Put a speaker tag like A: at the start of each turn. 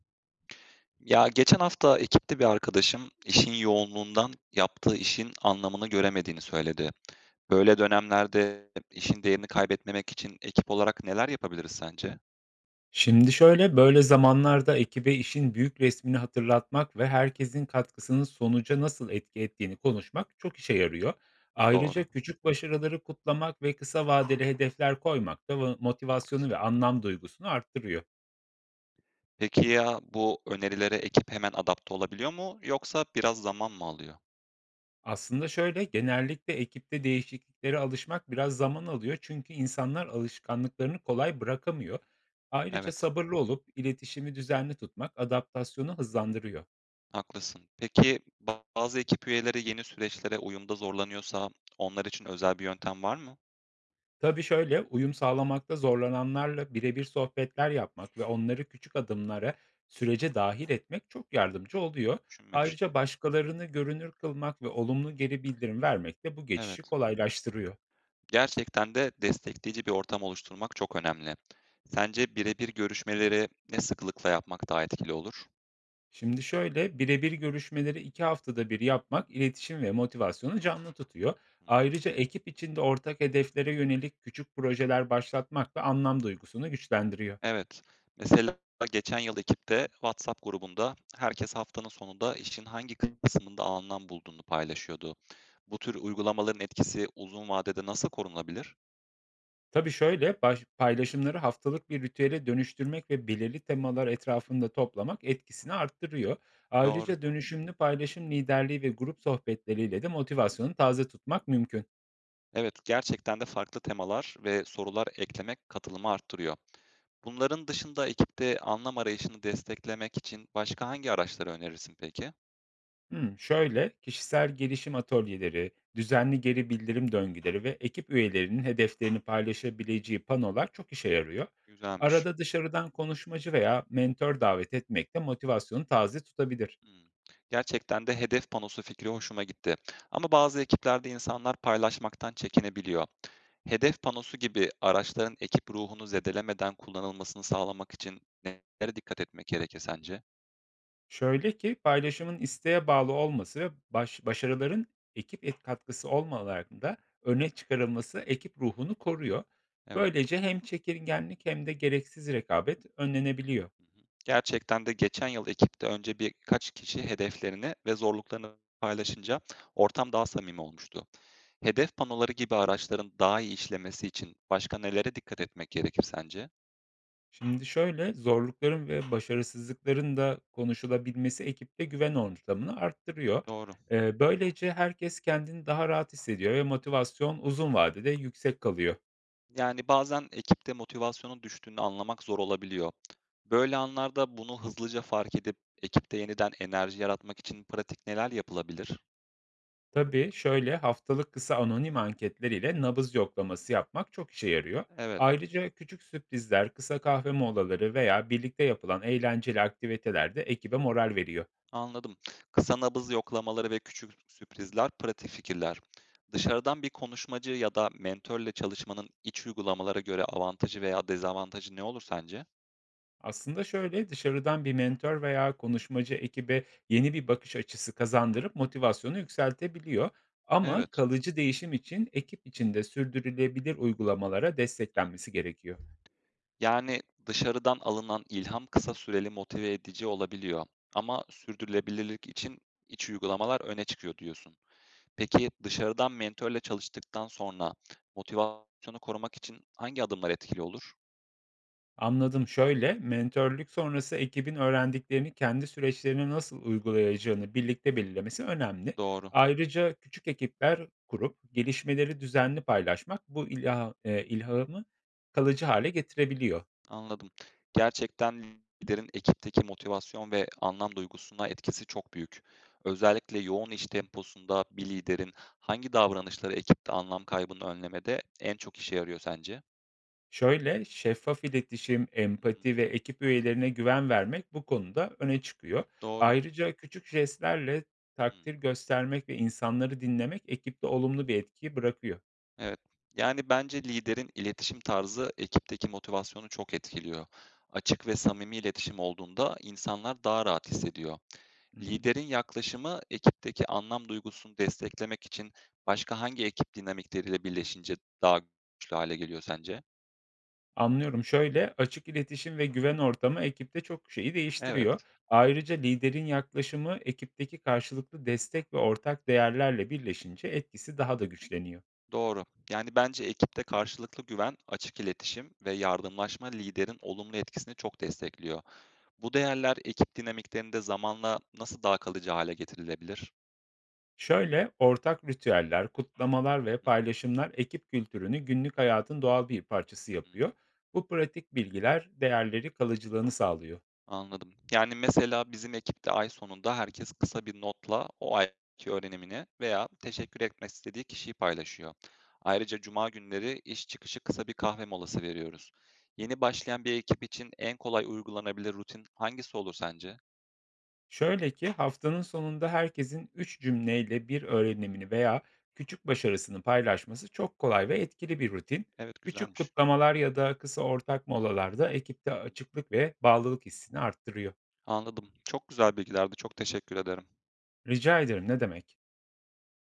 A: Ya geçen hafta ekipte bir arkadaşım işin yoğunluğundan yaptığı işin anlamını göremediğini söyledi. Böyle dönemlerde işin değerini kaybetmemek için ekip olarak neler yapabiliriz sence?
B: Şimdi şöyle, böyle zamanlarda ekibe işin büyük resmini hatırlatmak ve
A: Hı,
B: herkesin katkısının sonuca nasıl etki ettiğini konuşmak çok işe yarıyor. Ayrıca
A: doğru.
B: küçük başarıları kutlamak ve kısa vadeli hedefler koymak da motivasyonu
A: Haklısın.
B: ve anlam duygusunu arttırıyor.
A: Peki ya bu önerilere ekip hemen adapte olabiliyor mu yoksa biraz zaman mı alıyor?
B: Aslında şöyle, genellikle ekipte değişikliklere alışmak biraz zaman alıyor çünkü insanlar alışkanlıklarını kolay bırakamıyor. Ayrıca
A: Evet,
B: sabırlı olup iletişimi düzenli tutmak adaptasyonu hızlandırıyor.
A: haklısın. Peki bazı ekip üyeleri yeni süreçlere uyumda zorlanıyorsa onlar için özel bir yöntem var mı?
B: Tabii şöyle, uyum sağlamakta zorlananlarla birebir sohbetler yapmak ve onları küçük adımlara sürece dahil etmek çok yardımcı oluyor.
A: Onu düşünmemiştim.
B: Ayrıca başkalarını görünür kılmak ve olumlu geri bildirim vermek de bu geçişi
A: Evet.
B: kolaylaştırıyor.
A: Gerçekten de destekleyici bir ortam oluşturmak çok önemli. Sence birebir görüşmeleri ne sıklıkla yapmak daha etkili olur?
B: Şimdi şöyle, birebir görüşmeleri 2 haftada bir yapmak iletişim ve motivasyonu canlı tutuyor.
A: Hımm.
B: Ayrıca ekip içinde ortak hedeflere yönelik küçük projeler başlatmak da anlam duygusunu güçlendiriyor.
A: Evet. Mesela geçen yıl ekipte WhatsApp grubunda herkes haftanın sonunda işin hangi kısmında anlam bulduğunu paylaşıyordu. Bu tür uygulamaların etkisi uzun vadede nasıl korunabilir?
B: Tabii şöyle, baş paylaşımları haftalık bir ritüele dönüştürmek ve belirli temalar etrafında toplamak etkisini arttırıyor.
A: Doğru.
B: Ayrıca dönüşümlü paylaşım liderliği ve grup sohbetleriyle de motivasyonu taze tutmak mümkün.
A: Evet, gerçekten de farklı temalar ve sorular eklemek katılımı arttırıyor. Bunların dışında ekipte anlam arayışını desteklemek için başka hangi araçları önerirsin peki?
B: Şöyle, kişisel gelişim atölyeleri, düzenli geri bildirim döngüleri ve ekip üyelerinin hedeflerini paylaşabileceği panolar çok işe yarıyor.
A: Güzelmiş.
B: Arada dışarıdan konuşmacı veya mentor davet etmek de motivasyonu taze tutabilir.
A: Hımm. Gerçekten de hedef panosu fikri hoşuma gitti. Ama bazı ekiplerde insanlar paylaşmaktan çekinebiliyor. Hedef panosu gibi araçların ekip ruhunu zedelemeden kullanılmasını sağlamak için nelere dikkat etmek gerekir sence?
B: Şöyle ki, paylaşımın isteğe bağlı olması ve baş başarıların ekip et katkısı olmalarında öne çıkarılması
A: Hımm.
B: ekip ruhunu koruyor.
A: Evet.
B: Böylece hem çekirgenlik hem de gereksiz rekabet önlenebiliyor.
A: Hı hı. Gerçekten de geçen yıl ekipte önce birkaç kişi hedeflerini ve zorluklarını paylaşınca ortam daha samimi olmuştu. Hedef panoları gibi araçların daha iyi işlemesi için başka nelere dikkat etmek gerekir sence?
B: Şimdi şöyle, zorlukların ve başarısızlıkların da konuşulabilmesi ekipte güven ortamını arttırıyor.
A: Doğru.
B: Böylece herkes kendini daha rahat hissediyor ve motivasyon uzun vadede yüksek kalıyor.
A: Yani, bazen ekipte motivasyonun düştüğünü anlamak zor olabiliyor. Böyle anlarda bunu hızlıca fark edip ekipte yeniden enerji yaratmak için pratik neler yapılabilir?
B: Tabii şöyle, haftalık kısa anonim anketler ile nabız yoklaması yapmak çok işe yarıyor.
A: Evet,
B: Ayrıca küçük sürprizler, kısa kahve molaları veya birlikte yapılan eğlenceli aktiviteler de ekibe moral veriyor.
A: anladım. Kısa nabız yoklamaları ve küçük sürprizler pratik fikirler. Dışarıdan bir konuşmacı ya da mentörle çalışmanın iç uygulamalara göre avantajı veya dezavantajı ne olur sence?
B: Aslında şöyle, dışarıdan bir mentor veya konuşmacı ekibe yeni bir bakış açısı kazandırıp motivasyonu yükseltebiliyor. Ama
A: Evet.
B: kalıcı değişim için ekip içinde sürdürülebilir uygulamalara desteklenmesi gerekiyor.
A: Yani, dışarıdan alınan ilham kısa süreli motive edici olabiliyor ama sürdürülebilirlik için iç uygulamalar öne çıkıyor diyorsun. Peki dışarıdan mentörle çalıştıktan sonra motivasyonu korumak için hangi adımlar etkili olur?
B: Anladım. Şöyle, mentörlük sonrası ekibin öğrendiklerini kendi süreçlerine nasıl uygulayacağını birlikte belirlemesi önemli.
A: Doğru,
B: Ayrıca küçük ekipler kurup gelişmeleri düzenli paylaşmak bu ilhamı kalıcı hale getirebiliyor.
A: anladım. Gerçekten liderin ekipteki motivasyon ve anlam duygusuna etkisi çok büyük. Özellikle yoğun iş temposunda bir liderin hangi davranışları ekipte anlam kaybını önlemede en çok işe yarıyor sence?
B: Şöyle, şeffaf iletişim,
A: Hı hı.
B: empati ve ekip üyelerine güven vermek bu konuda öne çıkıyor.
A: Doğru.
B: Ayrıca küçük jestlerle takdir
A: Hımm.
B: göstermek ve insanları dinlemek ekipte olumlu bir etki bırakıyor.
A: Evet. Yani bence liderin iletişim tarzı ekipteki motivasyonu çok etkiliyor. Açık ve samimi iletişim olduğunda insanlar daha rahat hissediyor.
B: Hı hı.
A: Liderin yaklaşımı ekipteki anlam duygusunu desteklemek için başka hangi ekip dinamikleriyle birleşince daha güçlü hale geliyor sence?
B: Anlıyorum. Şöyle, açık iletişim ve güven ortamı ekipte çok şeyi
A: Evet,
B: değiştiriyor. Ayrıca liderin yaklaşımı ekipteki karşılıklı destek ve ortak değerlerle birleşince etkisi daha da güçleniyor.
A: doğru. Yani bence ekipte karşılıklı güven, açık iletişim ve yardımlaşma liderin olumlu etkisini çok destekliyor. Bu değerler ekip dinamiklerinde zamanla nasıl daha kalıcı hale getirilebilir?
B: Şöyle, ortak ritüeller, kutlamalar ve
A: Hı
B: paylaşımlar ekip kültürünü günlük hayatın doğal bir parçası
A: hı.
B: yapıyor. Bu pratik bilgiler değerleri kalıcılığını sağlıyor.
A: Anladım. Yani, mesela bizim ekipte ay sonunda herkes kısa bir notla o ayki öğrenimini veya teşekkür etmek istediği kişiyi paylaşıyor. Ayrıca cuma günleri iş çıkışı kısa bir kahve molası veriyoruz. Yeni başlayan bir ekip için en kolay uygulanabilir rutin hangisi olur sence?
B: Şöyle ki, haftanın sonunda herkesin 3 cümleyle bir öğrenimini veya küçük başarısını paylaşması çok kolay ve etkili bir rutin.
A: Evet,
B: Küçük
A: güzelmiş.
B: kutlamalar ya da kısa ortak molalarda ekipte açıklık ve bağlılık hissini arttırıyor.
A: Anladım. Çok güzel bilgilerdi. Çok teşekkür ederim.
B: Rica ederim, ne demek?